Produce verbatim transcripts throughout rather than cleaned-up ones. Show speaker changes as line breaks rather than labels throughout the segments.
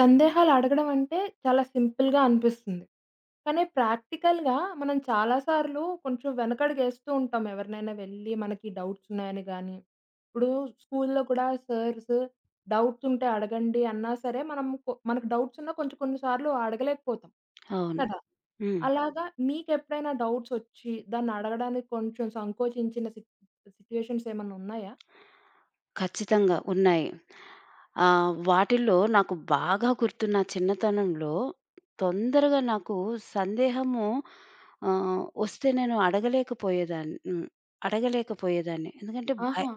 సందేహాలు అడగడం అంటే చాలా సింపుల్‌గా అనిపిస్తుంది. కానీ ప్రాక్టికల్‌గా మనం చాలా సార్లు కొంచెం వెనకడుగేస్తూ ఉంటాం. ఎవరినైనా వెళ్లి మనకి డౌట్స్ ఉన్నాయని గాని, ఇప్పుడు స్కూల్‌లో కూడా సార్స్ డౌట్స్ ఉంటే అడగండి అన్నా సరే మనం కొ మనకు డౌట్స్ ఉన్నా కొంచెం కొన్ని సార్లు అడగలేకపోతాం
అవును.
కదా!
హ్మ్.
అలాగా మీకెప్పుడైనా డౌట్స్ ఒచ్చి దాన్ని అడగడానికి కొంచెం సంకోచించిన సి సిట్యుయేషన్స్ ఏమన్నా ఉన్నాయా?
ఖచ్చితంగా ఉన్నాయి. ఆహ్, వాటిల్లో నాకు బాగా గుర్తు నా చిన్నతనంలో తొందరగా నాకు సందేహము ఆహ్, వస్తే నేను అడగలేకపోయేదాన్ని. హ్మ్. అడగలేకపోయేదాన్ని. ఎందుకంటే భయ
ఆహా!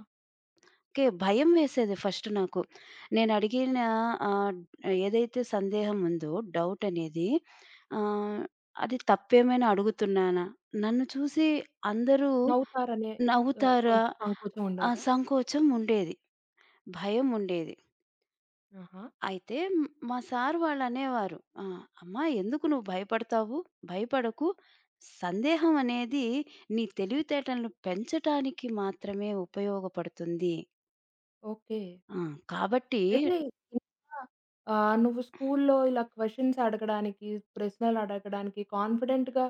ఓకే. భయం వేసేది ఫస్ట్ నాకు. నేను అడిగిన ఆహ్, ఏదైతే సందేహం ఉందో డౌట్ అనేది ఆహ్, అది తప్పేమైనా అడుగుతున్నానా? నన్ను చూసి అందరూ
నవ్వుతారనే ఆహ్,
నవ్వుతారా?
కొంచెం సంకోచం
ఆ
ఉండేదా?
సంకోచం ఉండేది. భయముండేది.
ఆహా!
అయితే హ్మ్, మా సార్ వాళ్ళనేవారు, "ఆ! అమ్మా ఎందుకు నువ్వు భయపడతావు? భయపడకు. సందేహం అనేది నీ తెలివితేటలను పెంచటానికి మాత్రమే ఉపయోగపడుతుంది.
ఓకే.
ఆ! కాబట్టి"
అయితే ఇంకా ఆహ్, నువ్వు స్కూల్లో ఇలా క్వెషన్స్ అడగడానికి, ప్రశ్నలడగడానికి కాన్ఫిడెంట్‌గా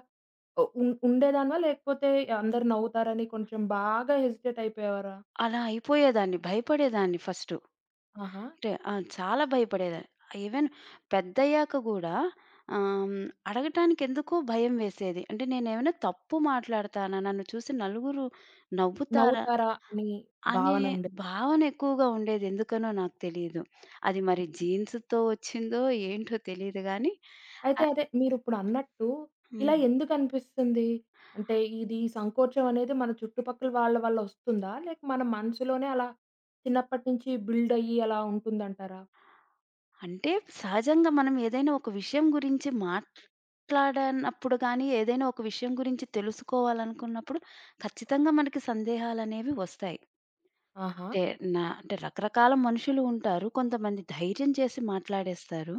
ఉ ఉ ఉం- ఉండేదానివా? లేకపోతే అందరూ నవ్వుతారని కొంచెం బాగా హెసిటేట్ అయిపోయేవారా?
అలా అయిపోయేదాన్ని. భయపడేదాన్ని ఫస్టు.
ఆహా!
అంటే ఆ! చాలా భయపడేదాన్ని. ఈవెన్ పెద్దయ్యాక గూడా ఆహ్, హ్మ్, అడగటానికెందుకో భయం వేసేది. అంటే నేనేమైనా తప్పు మాట్లాడతానా? నన్ను చూసి నలుగురు నవ్వుతారా?
నవ్వుతారా అని
అనే
భావన ఉండేదా?
భావన ఎక్కువగా ఉండేది. ఎందుకనో నాకు తెలీదు. అది మరి
ఆ!
జీన్స్‌తో వచ్చిందో ఏంటో తెలీదు గానీ
అయితే
ఆహ్,
అదే మీరిప్పుడు అన్నట్టు ఇలా
హ్మ్.
ఎందుకనిపిస్తుంది? అంటే ఇది ఈ సంకోచం అనేది మన చుట్టుపక్కల వాళ్ళ వల్ల వస్తుందా? లేక మన మనసులోనే అలా చిన్నప్పటి నుంచి బిల్డ్ అయ్యి అలా ఉంటుందంటారా?
అంటే సహజంగా మనం ఏదైనా ఒక విషయం గురించి మాట్లాడనప్పుడు గానీ, ఏదైనా ఒక విషయం గురించి తెలుసుకోవాలనుకున్నప్పుడు ఖచ్చితంగా మనకి సందేహాలనేవి వస్తాయి.
ఆహా!
అంటే నా అంటే రకరకాల మనుషులు ఉంటారు. కొంతమంది ధైర్యం చేసి మాట్లాడేస్తారు.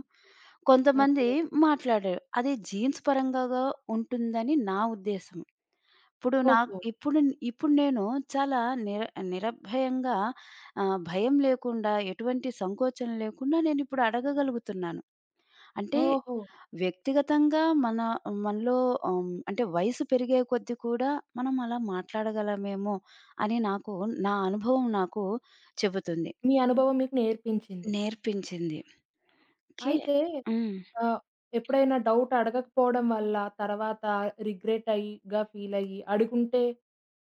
కొంతమంది
ఓకే.
మాట్లాడరు. అది జీన్స్ పరంగాగా ఉంటుందని నా ఉద్దేశం. ఇప్పుడు నాకు
ఓహో!
ఇప్పుడు ఇప్పుడు నేను చాలా నిర నిరభయంగా ఆహ్, భయం లేకుండా, ఎటువంటి సంకోచం లేకుండా నేనిప్పుడు అడగగలుగుతున్నాను. అంటే
ఓహో!
వ్యక్తిగతంగా మన మనలో ఆహ్, అంటే వయసు పెరిగే కొద్దీ కూడా మనం అలా మాట్లాడగలమేమో అని నాకు నా అనుభవం నాకు చెబుతుంది.
మీ అనుభవం మీకు నేర్పించింది.
నేర్పించింది. ఓకే.
అయితే
హ్మ్.
ఆహ్, ఎప్పుడైనా డౌట్ అడగకపోవడం వల్ల తర్వాత రిగ్రెట్ అయ్యిగా ఫీల్ అయ్యి, అడుగుంటే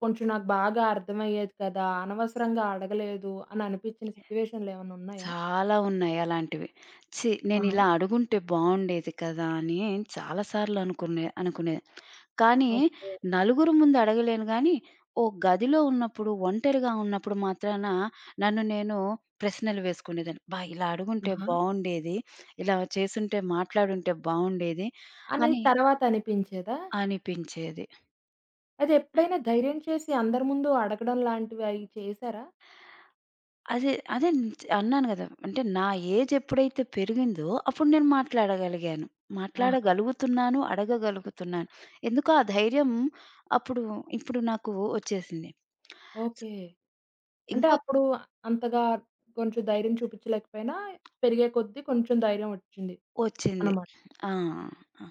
కొంచెం నాకు బాగా అర్థమయ్యేది కదా! అనవసరంగా అడగలేదు అని అనిపించిన సిట్యుయేషన్‌లు ఏమన్నా ఉన్నాయా?
చాలా ఉన్నాయి అలాంటివి. ఛీ!
ఆహా!
నేనిలా అడుగుంటే బావుండేది కదా! అని చాలా సార్లు అనుకునే అనుకునే కానీ
ఓకే.
నలుగురు ముందు అడగలేను గానీ, ఓ గదిలో ఉన్నప్పుడు, ఒంటరిగా ఉన్నప్పుడు మాత్రాన నన్ను నేను ప్రశ్నలు వేసుకునేదాన్ని. అబ్బా! ఇలా అడుగుంటే
ఆహా!
బావుండేది. ఇలా చేసుంటే మాట్లాడుంటే బావుండేది
అనేది
అని
తర్వాత అనిపించేదా?
అనిపించేది.
అయితే ఎప్పుడైనా ధైర్యం చేసి అందరి ముందు అడగడం లాంటివి అయి చేశారా?
అదే అదే న్- అన్నాను గదా! అంటే నా ఏజ్ ఎప్పుడైతే పెరిగిందో అప్పుడు నేను మాట్లాడగలిగాను.
ఆహా!
మాట్లాడగలుగుతున్నాను, అడగగలుగుతున్నాను. ఎందుకో ఆ ధైర్యం అప్పుడు ఇప్పుడు నాకు వచ్చేసింది. స్
ఓకే. అంటే
ఇంకొక
అప్పుడు అంతగా కొంచెం ధైర్యం చూపించలేకపోయినా పెరిగే కొద్దీ కొంచెం ధైర్యం వచ్చింది
వచ్చింది.
అన్నమాట.
ఆ! ఆ!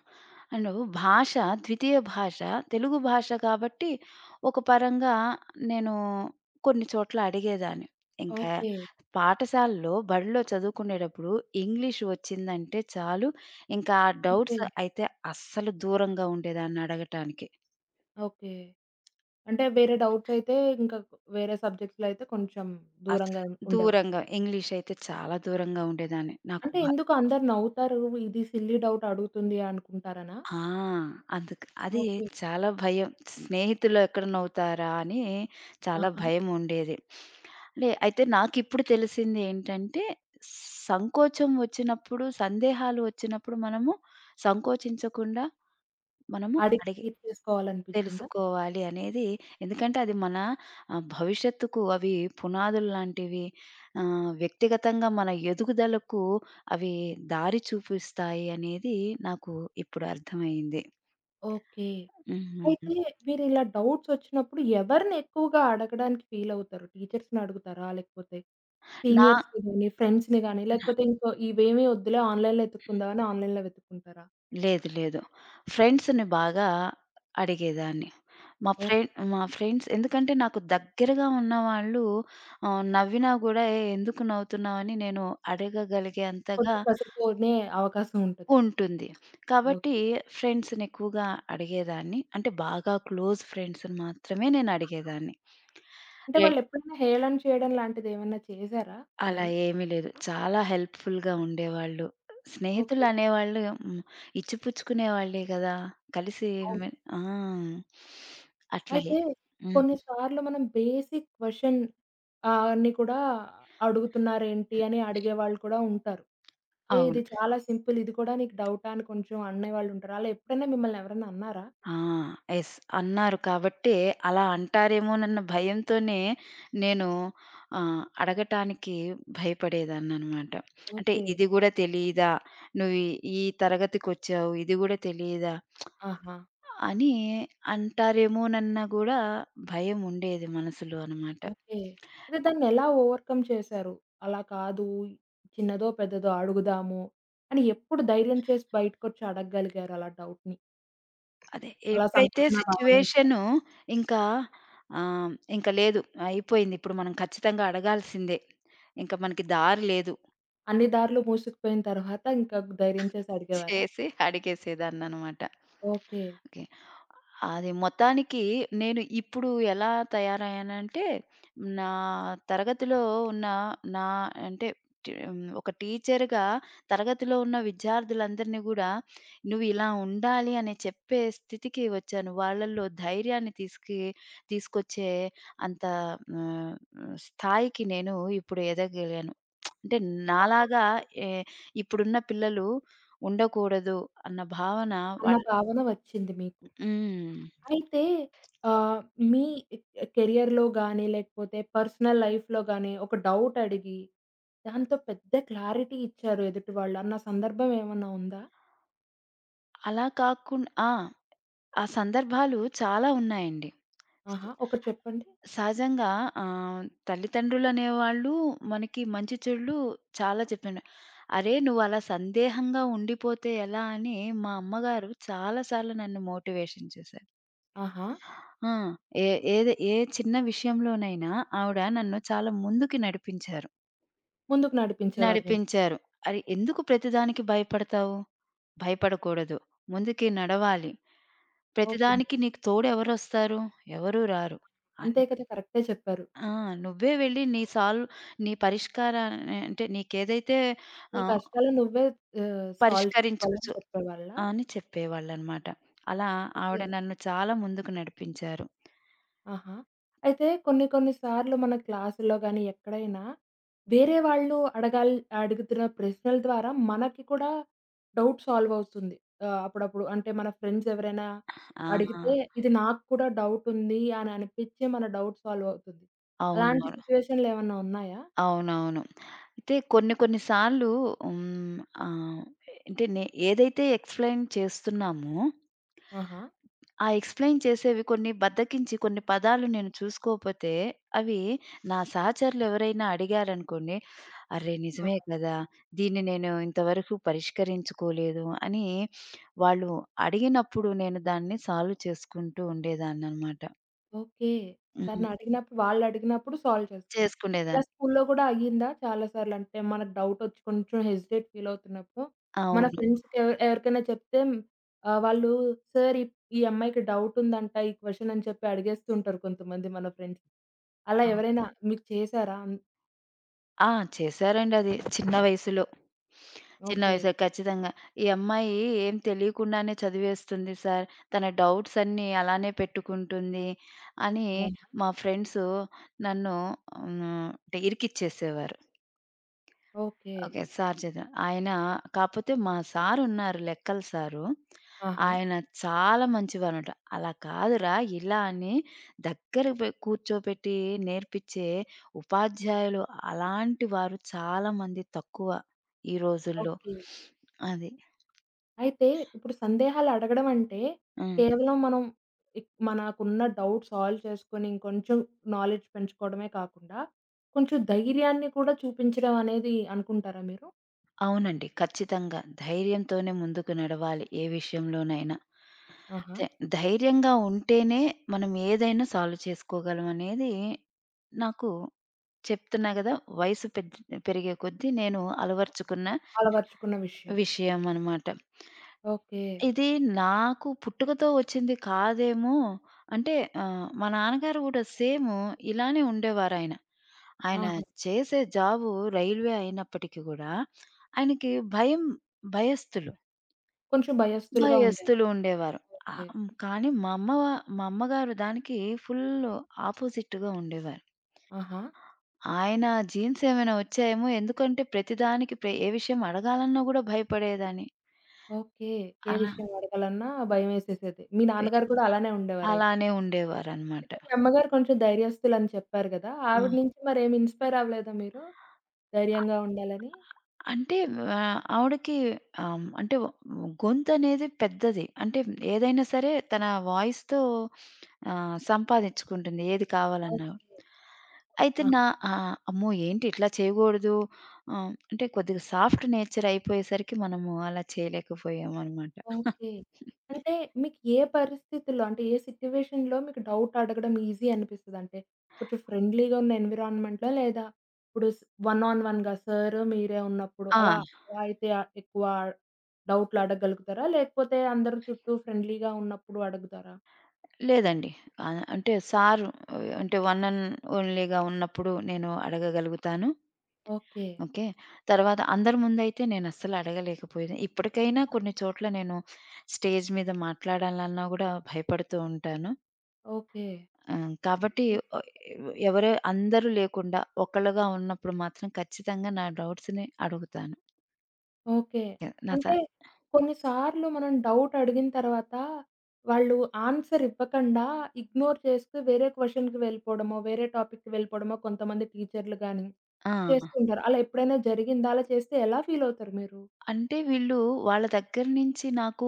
అండ్ భాష ద్వితీయ భాష తెలుగు భాష కాబట్టి ఒక పరంగా నేను కొన్ని చోట్ల అడిగేదాన్ని. ఇంకా
ఓకే.
పాఠశాలలో, బడిలో చదువుకునేటప్పుడు ఇంగ్లీష్ వచ్చిందంటే చాలు ఇంకా ఆ
ఓకే.
డౌట్స్ అయితే అస్సలు దూరంగా ఉండేదాన్ని అడగటానికి.
ఓకే. అంటే వేరే డౌట్స్ అయితే ఇంకా వేరే సబ్జెక్ట్స్‌లో అయితే కొంచెం
అస్
దూరంగా ఉండేవారు.
దూరంగా ఇంగ్లీష్ అయితే చాలా దూరంగా ఉండేదాన్ని. నాకు
అంటే ఎందుకు అందరు నవ్వుతారు. ఇది సిల్లీ డౌట్ అడుగుతుంది అనుకుంటారనా?
ఆ! అందుకు అది
ఓకే.
చాలా భయం. స్నేహితులు ఎక్కడ నవ్వుతారా అని చాలా
ఆహా!
భయముండేది. లే అయితే నాకిప్పుడు తెలిసింది ఏంటంటే, సంకోచం వచ్చినప్పుడు, సందేహాలు వచ్చినప్పుడు మనము సంకోచించకుండా మనము
అడిగి
అడిగి
తీర్ చేసుకోవాలనిపించిందా?
తెలుసుకోవాలి అనేది ఎందుకంటే అది మన ఆహ్, భవిష్యత్తుకు అవి పునాదులు లాంటివి. ఆహ్, వ్యక్తిగతంగా మన ఎదుగుదలకు అవి దారి చూపిస్తాయి అనేది నాకు ఇప్పుడు అర్థమయింది.
ఓకే.
హుహు.
అయితే మీరిలా డౌట్స్ వచ్చినప్పుడు ఎవరిని ఎక్కువగా అడగడానికి ఫీల్ అవుతారు? టీచర్స్‌ని అడుగుతారా? లేకపోతే
నా
సీనియర్స్‌ని గాని, ఫ్రెండ్స్‌ని గాని లేకపోతే ఇంకో ఇవేమి వద్దులే ఆన్‌లైన్‌లో వెతుక్కుందామని ఆన్‌లైన్‌లో వెతుక్కుంటారా?
లేదు, లేదు. ఫ్రెండ్స్‌ని బాగా అడిగేదాన్ని. మా
ఓకే.
ఫ్రెండ్ మా ఫ్రెండ్స్ ఎందుకంటే నాకు దగ్గరగా ఉన్నవాళ్ళు ఆహ్, నవ్వినా గూడా "ఏ ఎందుకు నవ్వుతున్నావని" నేను అడగగలిగే అంతగా
కొంచెం కసిరిపోనే అవకాశం ఉంటది.
ఉంటుంది. కాబట్టి
ఓకే.
ఫ్రెండ్స్‌ని ఎక్కువగా అడిగేదాన్ని. అంటే బాగా క్లోజ్ ఫ్రెండ్స్‌ని మాత్రమే నేను అడిగేదాన్ని.
అంటే వాళ్ళెప్పుడైనా హేళన చేయడం లాంటిదేమన్నా చేసారా
అలా
మరి?
ఏమీ లేదు. చాలా హెల్ప్‌ఫుల్‌గా ఉండేవాళ్ళు.
ఓకే.
స్నేహితులనేవాళ్ళు హ్మ్. ఇచ్చిపుచ్చుకునేవాళ్ళే గదా! కలిసి
అవును.
మె ఆ! అట్లాగే.
అయితే
హ్మ్.
కొన్ని సార్లు మనం బేసిక్ క్వెషన్ ఆహ్, అన్ని కూడా అడుగుతున్నారేంటి అని అడిగేవాళ్ళు కూడా ఉంటారు. ఏ
అవును.
ఇది చాలా సింపుల్ ఇది కూడా నీకు డౌటా? అని కొంచెం అనేవాళ్ళుంటారు. అలా ఎప్పుడైనా మిమ్మల్ని ఎవరైనా అన్నారా?
ఆ! యెస్. అన్నారు కాబట్టే అలా అంటారేమోనన్న భయంతోనే నేను ఆహ్, అడగటానికి భయపడేదాన్ననమాట. అంటే
ఓకే.
ఇది గూడా తెలీదా? నువ్వు ఈ తరగతికొచ్చావు ఇది గూడా తెలీదా?
ఆహా!
అని అంటారేమోనన్న గూడా భయముండేది మనసులో అనమాట.
ఓకే. అయితే దాన్నెలా ఓవర్‌కమ్ చేశారు? అలా కాదు చిన్నదో, పెద్దదో అడుగుదాము అని ఎప్పుడు ధైర్యం చేసి బయటకొచ్చి అడగగలిగారు అలా డౌట్‌ని?
అదే
అలా
ఎప్పుడైతే
సంకోచన భావం నుంచి?
సిట్యుయేషను ఇంకా ఆహ్, ఇంక లేదు అయిపోయింది. ఇప్పుడు మనం ఖచ్చితంగా అడగాల్సిందే. ఇంక మనకి దారి లేదు.
అన్ని దారులు మూసుకుపోయిన తర్వాత ఇంకా ధైర్యం చేసి అడిగేవారా?
చేసి అడిగేసేదాన్ననమాట.
ఓకే.
ఓకే. అది మొత్తానికి నేను ఇప్పుడు ఎలా తయారయ్యానంటే, నా తరగతిలో ఉన్న నా అంటే టీ హ్మ్. ఒక టీచర్‌గా తరగతిలో ఉన్న విద్యార్థులందరిని గూడా, "నువ్వు ఇలా ఉండాలి" అని చెప్పే స్థితికి వచ్చాను. వాళ్ళలో ధైర్యాన్ని తీసుకి తీసుకొచ్చే అంత ఆహ్, స్థాయికి నేను ఇప్పుడు ఎదగలిగాను. అంటే
ఆహా!
నాలాగా ఎ ఇప్పుడున్న పిల్లలు ఉండకూడదు అన్న భావన
అన్న
వాళ్ళ్
భావన వచ్చింది మీకు.
హ్మ్.
అయితే ఆహ్, మీ కెరియర్‌లో గాని, లేకపోతే పర్సనల్ లైఫ్‌లో గాని ఒక డౌట్ అడిగి, దాంతో పెద్ద క్లారిటీ ఇచ్చారు ఎదుటి వాళ్ళు అన్న సందర్భం ఏమన్నా ఉందా?
అలా కాకుం ఆ! ఆ సందర్భాలు చాలా ఉన్నాయండి. స
ఆహా! ఒకటి చెప్పండి.
సహజంగా ఆహ్, తల్లిదండ్రులనేవాళ్ళు మనకి మంచి చెడులు చాలా చెప్పాను. "అరేయ్! నువ్వలా సందేహంగా ఉండిపోతే ఎలా?" అని మా అమ్మగారు చాలా సార్లు నన్ను మోటివేషన్ చేశారు.
ఆహా!
ఆ! ఏ ఏది ఏ చిన్న విషయంలోనైనా ఆవిడ నన్ను చాలా ముందుకి నడిపించారు.
ముందుకు నడిపించేవారు మిమ్మల్ని.
నడిపించారు. "అరె! ఎందుకు ప్రతిదానికి భయపడతావు? భయపడకూడదు. ముందుకి నడవాలి.
ఓకే.
ప్రతిదానికి నీకు తోడు ఎవరొస్తారు? ఎవరు రారు. అన్
అంతే కదా! కరెక్టే చెప్పారు.
ఆ! నువ్వే వెళ్లి నీ సాల్వ్ నీ పరిష్కారా అంటే నీకేదైతే
నీ
ఆహ్,
కష్టాలు నువ్వే ఆహ్, సాల్వ్ చేసుకోవాలని
పరిష్కరించుకోవచ్చు
చెప్పేవాళ్ళా?
అని చెప్పేవాళ్ళనమాట. అలా
ఓకే.
ఆవిడ నన్ను చాలా ముందుకు నడిపించారు.
ఆహా! అయితే కొన్ని కొన్ని సార్లు మన క్లాసుల్లో గాని, ఎక్కడైనా వేరే వాళ్ళు అడగాల్ అడుగుతున్న ప్రశ్నల ద్వారా మనకి కూడా డౌట్ సాల్వ్ అవుతుంది. ఆహ్, అప్పుడప్పుడు అంటే మన ఫ్రెండ్స్ ఎవరైనా
ఆ!
అడిగితే, ఇది నాకు కూడా డౌట్ ఉంది అని అనిపించి మన డౌట్ సాల్వ్ అవుతుంది.
అవును.
అలాంటి సిట్యుయేషన్‌లు ఏమన్నా ఉన్నాయా?
అవునవును. అయితే కొన్ని కొన్ని సార్లు హ్మ్. ఆహ్, అంటే నే ఏదైతే ఎక్స్‌ప్లెయిన్ చేస్తున్నామో
ఆహా!
ఆ ఎక్స్‌ప్లెయిన్ చేసేవి కొన్ని బద్ధకించి కొన్ని పదాలు నేను చూసుకోపోతే, అవి నా సహచరులెవరైనా అడిగారనుకోండి, "అరె! నిజమే కదా! దీన్ని నేను ఇంతవరకు పరిష్కరించుకోలేదు" అని వాళ్ళు అడిగినప్పుడు నేను దాన్ని సాల్వ్ చేసుకుంటూ ఉండేదాన్ననమాట.
ఓకే.
హ్మ్.
దాన్నడిగినప్పుడు వాళ్ళడిగినప్పుడు సాల్వ్ చేసుకున్నారు. ఇలా
చేసుకునేదాన్ని.
స్కూల్లో గూడా అయ్యిందా చాలా సార్లు? అంటే మనకు డౌటొచ్చి కొంచెం హెసిటేట్ ఫీలవుతున్నప్పుడు, మన
అవును.
ఫ్రెండ్స్‌కెవ ఎవరికైనా చెప్తే ఆహ్, వాళ్ళు "సార్, ఈ ఈ అమ్మాయికి డౌటుందంట ఈ క్వెషన్" అని చెప్పి అడిగేస్తూ ఉంటారు కొంతమంది మన ఫ్రెండ్స్. అలా
అవును.
ఎవరైనా మీకు చేసారా? అన్
ఆ! చేశారండి అది. చిన్న వయసులో. చిన్న
ఓకే.
వయసే ఖచ్చితంగా. ఈ అమ్మాయి ఏం తెలియకుండానే చదివేస్తుంది సార్. తన డౌట్స్ అన్నీ అలానే పెట్టుకుంటుంది అని
ఆహా!
మా ఫ్రెండ్సు నన్ను హ్మ్. అంటే ఇరికిచ్చేసేవారు.
ఓకే.
ఓకే. సార్ చదివా. ఆయన కాపోతే మా సారున్నారు లెక్కల సారు.
ఆహా!
ఆయన చాలా మంచివారనమాట. "అలా కాదురా! ఇలా" అని దగ్గరకు పోయి కూర్చోబెట్టి నేర్పిచ్చే ఉపాధ్యాయులు అలాంటి వారు చాలా మంది తక్కువ ఈ రోజుల్లో.
ఓకే.
అది.
అయితే ఇప్పుడు సందేహాలు అడగడం అంటే,
హ్మ్.
కేవలం మనం ఇక్ మనకున్న డౌట్ సాల్వ్ చేసుకొని ఇంకొంచెం నాలెడ్జ్ పెంచుకోవడమే కాకుండా, కొంచెం ధైర్యాన్ని కూడా చూపించడం అనేది అనుకుంటారా మీరు?
అవునండి. ఖచ్చితంగా. ధైర్యంతోనే ముందుకు నడవాలి ఏ విషయంలోనైనా.
ఆహా!
ధై ధైర్యంగా ఉంటేనే మనం ఏదైనా సాల్వ్ చేసుకోగలం అనేది నాకు చెప్తున్నా గదా! వయసు పెద్ పెరిగే కొద్దీ నేను అలవరుచుకున్న
అలవర్చుకున్న విషయం.
విషయం అనమాట.
ఓకే.
ఇది నాకు పుట్టుకతో వచ్చింది కాదేమో! అంటే ఆహ్, మా నాన్నగారు గూడా సేము ఇలానే ఉండేవారాయన. ఆయన
ఆహా!
ఆయన చేసే జాబు రైల్వే అయినప్పటికి గూడా, ఆయనకి భయం భయస్థులు.
కొంచెం భయస్థులుగా ఉండేది.
భయస్థులు ఉండేవారు. ఆహ్,
ఓకే.
హ్మ్. కానీ మా అమ్మ వా- మా అమ్మగారు దానికి ఫుల్ ఆపోజిట్‌గా ఉండేవారు.
ఆహా!
ఆయన జీన్స్ ఏమైనా వచ్చాయేమో! ఎందుకంటే ప్రతిదానికి ప్రె ఏ విషయం అడగాలన్నా గూడా భయపడేదాన్ని.
ఓకే. ఏ
అలా
విషయం అడగాలన్నా భయమేసేసేది. మీ
పె
నాన్నగారు కూడా అలానే ఉండేవారయితే.
అలానే ఉండేవారనమాట.
అయితే అయితే మీ అమ్మగారు కొంచెం ధైర్యస్తులని చెప్పారు గదా! ఆవిడ
హ్మ్.
నుంచి మరేమి ఇన్‌స్పైర్ అవ్వలేదా మీరు? ధైర్యంగా ఉండాలని?
అంటే ఆహ్, ఆవిడకి ఆహ్, అంటే గొంతనేది పెద్దది. అంటే ఏదైనా సరే తన వాయిస్‌తో ఆహ్, సంపాదించుకుంటుంది ఏది కావాలన్నా.
ఓకే.
అయితే
ఆ!
నా ఆ! అమ్మో! ఏంటి ఇట్లా చేయగూడదు. ఆహ్, అంటే కొద్దిగా సాఫ్ట్ నేచర్ అయిపోయేసరికి మనము అలా చేయలేకపోయామనమాట.
ఓకే. అంటే మీకు ఏ పరిస్థితుల్లో అంటే ఏ సిట్యుయేషన్‌లో మీకు డౌట్ అడగడం ఈజీ అనిపిస్తది? అంటే కొంచెం ఫ్రెండ్లీగా ఉన్న ఎన్విరాన్మెంట్‌లో లేదా ఇప్పుడు స్ వన్ ఆన్ వన్‌గా సార్, మీరే ఉన్నప్పుడు
ఆ!
అలా అలా అయితే ఆహ్, ఎక్కువ డౌట్‌లు అడగగలుగుతారా? లేకపోతే అందరు చుట్టూ ఫ్రెండ్లీగా ఉన్నప్పుడు అడుగుతారా?
లేదండి. ఆహ్, అంటే సారు అంటే వన్ అండ్ ఓన్లీగా ఉన్నప్పుడు నేను అడగగలుగుతాను.
ఓకే.
ఓకే. తర్వాత అందరి ముందయితే నేనస్సలు అడగలేకపోయేది. ఇప్పటికైనా కొన్ని చోట్ల నేను స్టేజ్ మీద మాట్లాడాలన్నా గూడా భయపడుతూ ఉంటాను.
ఓకే.
ఆహ్, కాబట్టి ఆహ్, ఎవరు అందరూ లేకుండా ఒక్కళ్ళుగా ఉన్నప్పుడు మాత్రం ఖచ్చితంగా నా డౌట్స్‌ని అడుగుతాను.
ఓకే.
నా స
అంటే కొన్నిసార్లు మనం డౌట్ అడిగిన తర్వాత, వాళ్ళు ఆన్సర్ ఇవ్వకండా ఇగ్నోర్ చేస్తూ వేరే క్వెషన్‌కి వెళ్ళిపోవడమో, వేరే టాపిక్‌కి వెళ్ళిపోవడమో కొంతమంది టీచర్‌లు గాని
ఆ!
చేస్తుంటారు. అలా ఎప్పుడైనా జరిగిందా? అలా చేస్తే ఎలా ఫీల్ అవుతారు మీరు?
అంటే వీళ్ళు వాళ్ళ దగ్గర నుంచి నాకు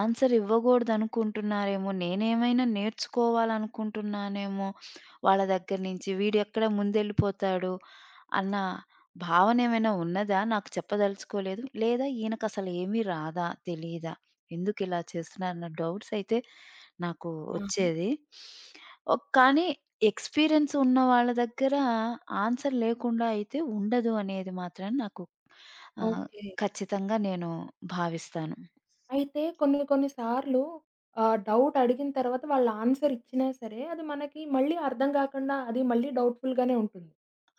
ఆన్సర్ ఇవ్వగూడదనుకుంటున్నారేమో! నేనేమైనా నేర్చుకోవాలనుకుంటున్నానేమో! వాళ్ళ దగ్గర నుంచి. వీడెక్కడ ముందెళ్ళిపోతాడు అన్న భావనేమైనా ఉన్నదా? నాకు చెప్పదలుచుకోలేదు. లేదా ఈయనకసలు ఏమీ రాదా? తెలీదా? ఎందుకిలా చేస్తున్నారన్న డౌట్స్ అయితే నాకు
ఆహా!
వచ్చేది. ఒక్ కానీ ఎక్స్‌పీరియన్స్ ఉన్న వాళ్ళ దగ్గర ఆన్సర్ లేకుండా అయితే ఉండదు అనేది మాత్రం నాకు ఆ!
ఓకే.
ఖచ్చితంగా నేను భావిస్తాను.
అయితే కొన్ని కొన్ని సార్లు ఆహ్, డౌట్ అడిగిన తర్వాత వాళ్ళు ఆన్సర్ ఇచ్చినా సరే, అది మనకి మళ్ళీ అర్థం కాకుండా అది మళ్ళీ డౌట్‌ఫుల్ గానే ఉంటుంది.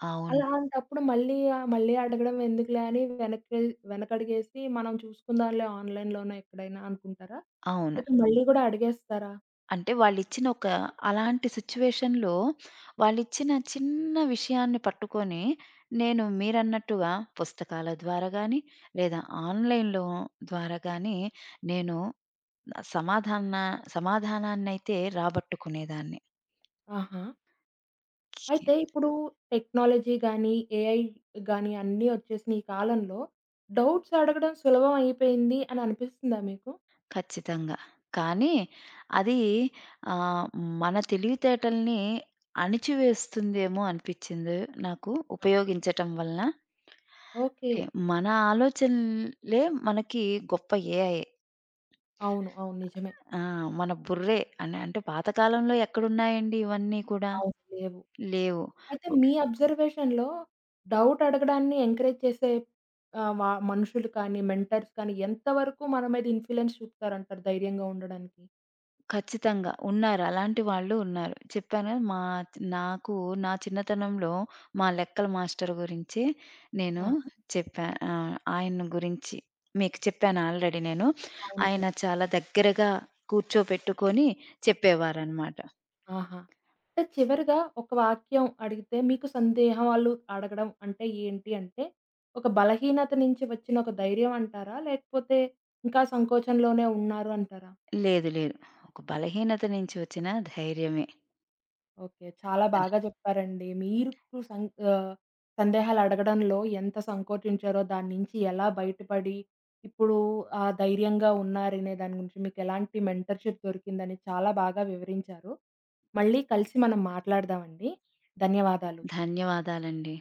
అవును.
అలాంటప్పుడు మళ్ళీ ఆహ్, మళ్ళీ అడగడం ఎందుకులే అని వెనక్కి వెనకడిగేసి మనం చూసుకుందాంలే ఆన్‌లైన్‌లోనో ఎక్కడైనా అనుకుంటారా?
అవును.
లేతే మళ్ళీ గూడా అడిగేస్తారా?
అంటే వాళ్ళిచ్చిన ఒక అలాంటి సిట్యుయేషన్‌లో వాళ్ళిచ్చిన చిన్న విషయాన్ని పట్టుకొని నేను మీరన్నట్టుగా పుస్తకాల ద్వారా గాని, లేదా ఆన్‌లైన్‌లో ద్వారా గాని నేను సమాధాన సమాధానాన్నయితే రాబట్టుకునేదాన్ని.
ఆహా! అయితే ఇప్పుడు టెక్నాలజీ గానీ, ఏఐ గానీ అన్నీ ఒచ్చేసిన ఈ కాలంలో డౌట్స్ అడగడం సులభం అయిపోయింది అని అనిపిస్తుందా మీకు?
ఖచ్చితంగా. కానీ అది ఆహ్, మన తెలివితేటల్ని అణిచివేస్తుందేమో అనిపిచ్చింది నాకు
ఆహా!
ఉపయోగించటం వలన.
ఓకే.
అంటే మన ఆలోచనలే మనకి గొప్ప ఏఐ.
అవును. అవును. నిజమే.
ఆ! మన బుర్రే. అని అంటే పాతకాలంలో ఎక్కడున్నాయండి ఇవన్నీ కూడా?
అవును. లేవు.
లేవు.
అయితే మీ అబ్జర్వేషన్‌లో డౌట్ అడగడాన్ని ఎంకరేజ్ చేసే ఆహ్, వ మనుషులు కానీ, మెంటర్స్ కానీ ఎంత వరకు మన మీద ఇన్‌ఫ్లూయెన్స్ చూపుతారంటారు ధైర్యంగా ఉండడానికి?
ఖచ్చితంగా. ఉన్నారు. అలాంటి వాళ్ళు ఉన్నారు. చెప్పాను కదా! మా నాకు నా చిన్నతనంలో మా లెక్కల మాస్టర్ గురించి నేను
ఆహా!
చెప్పా. ఆహ్, ఆయన గురించి మీకు చెప్పాను ఆల్రెడీ నేను.
అవును.
ఆయన
చెప్పండి.
చాలా దగ్గరగా కూర్చోపెట్టుకొని చెప్పేవారనమాట.
ఆహా! అంటే చివరగా ఒక వాక్యం అడిగితే మీకు సందేహాలు అడగడం అంటే ఏంటి అంటే, ఒక బలహీనత నుంచి వచ్చిన ఒక ధైర్యం అంటారా? లేకపోతే ఇంకా సంకోచంలోనే ఉన్నారు అంటారా?
లేదు. లేదు. ఒక బలహీనత నుంచి వచ్చిన ధైర్యమే.
ఓకే. చాలా బాగా చెప్పారండి. మీకు సం ఆహ్, సందేహాలు అడగడంలో ఎంత సంకోచించారో, దాని నుంచి ఎలా బయటపడి, ఇప్పుడు ఆహ్, ధైర్యంగా ఉన్నారనే దాని గురించి మీకెలాంటి మెంటర్‌షిప్ దొరికిందని చాలా బాగా వివరించారు. మళ్ళీ కలిసి మనం మాట్లాడదామండి. ధన్యవాదాలు.
ధన్యవాదాలండి.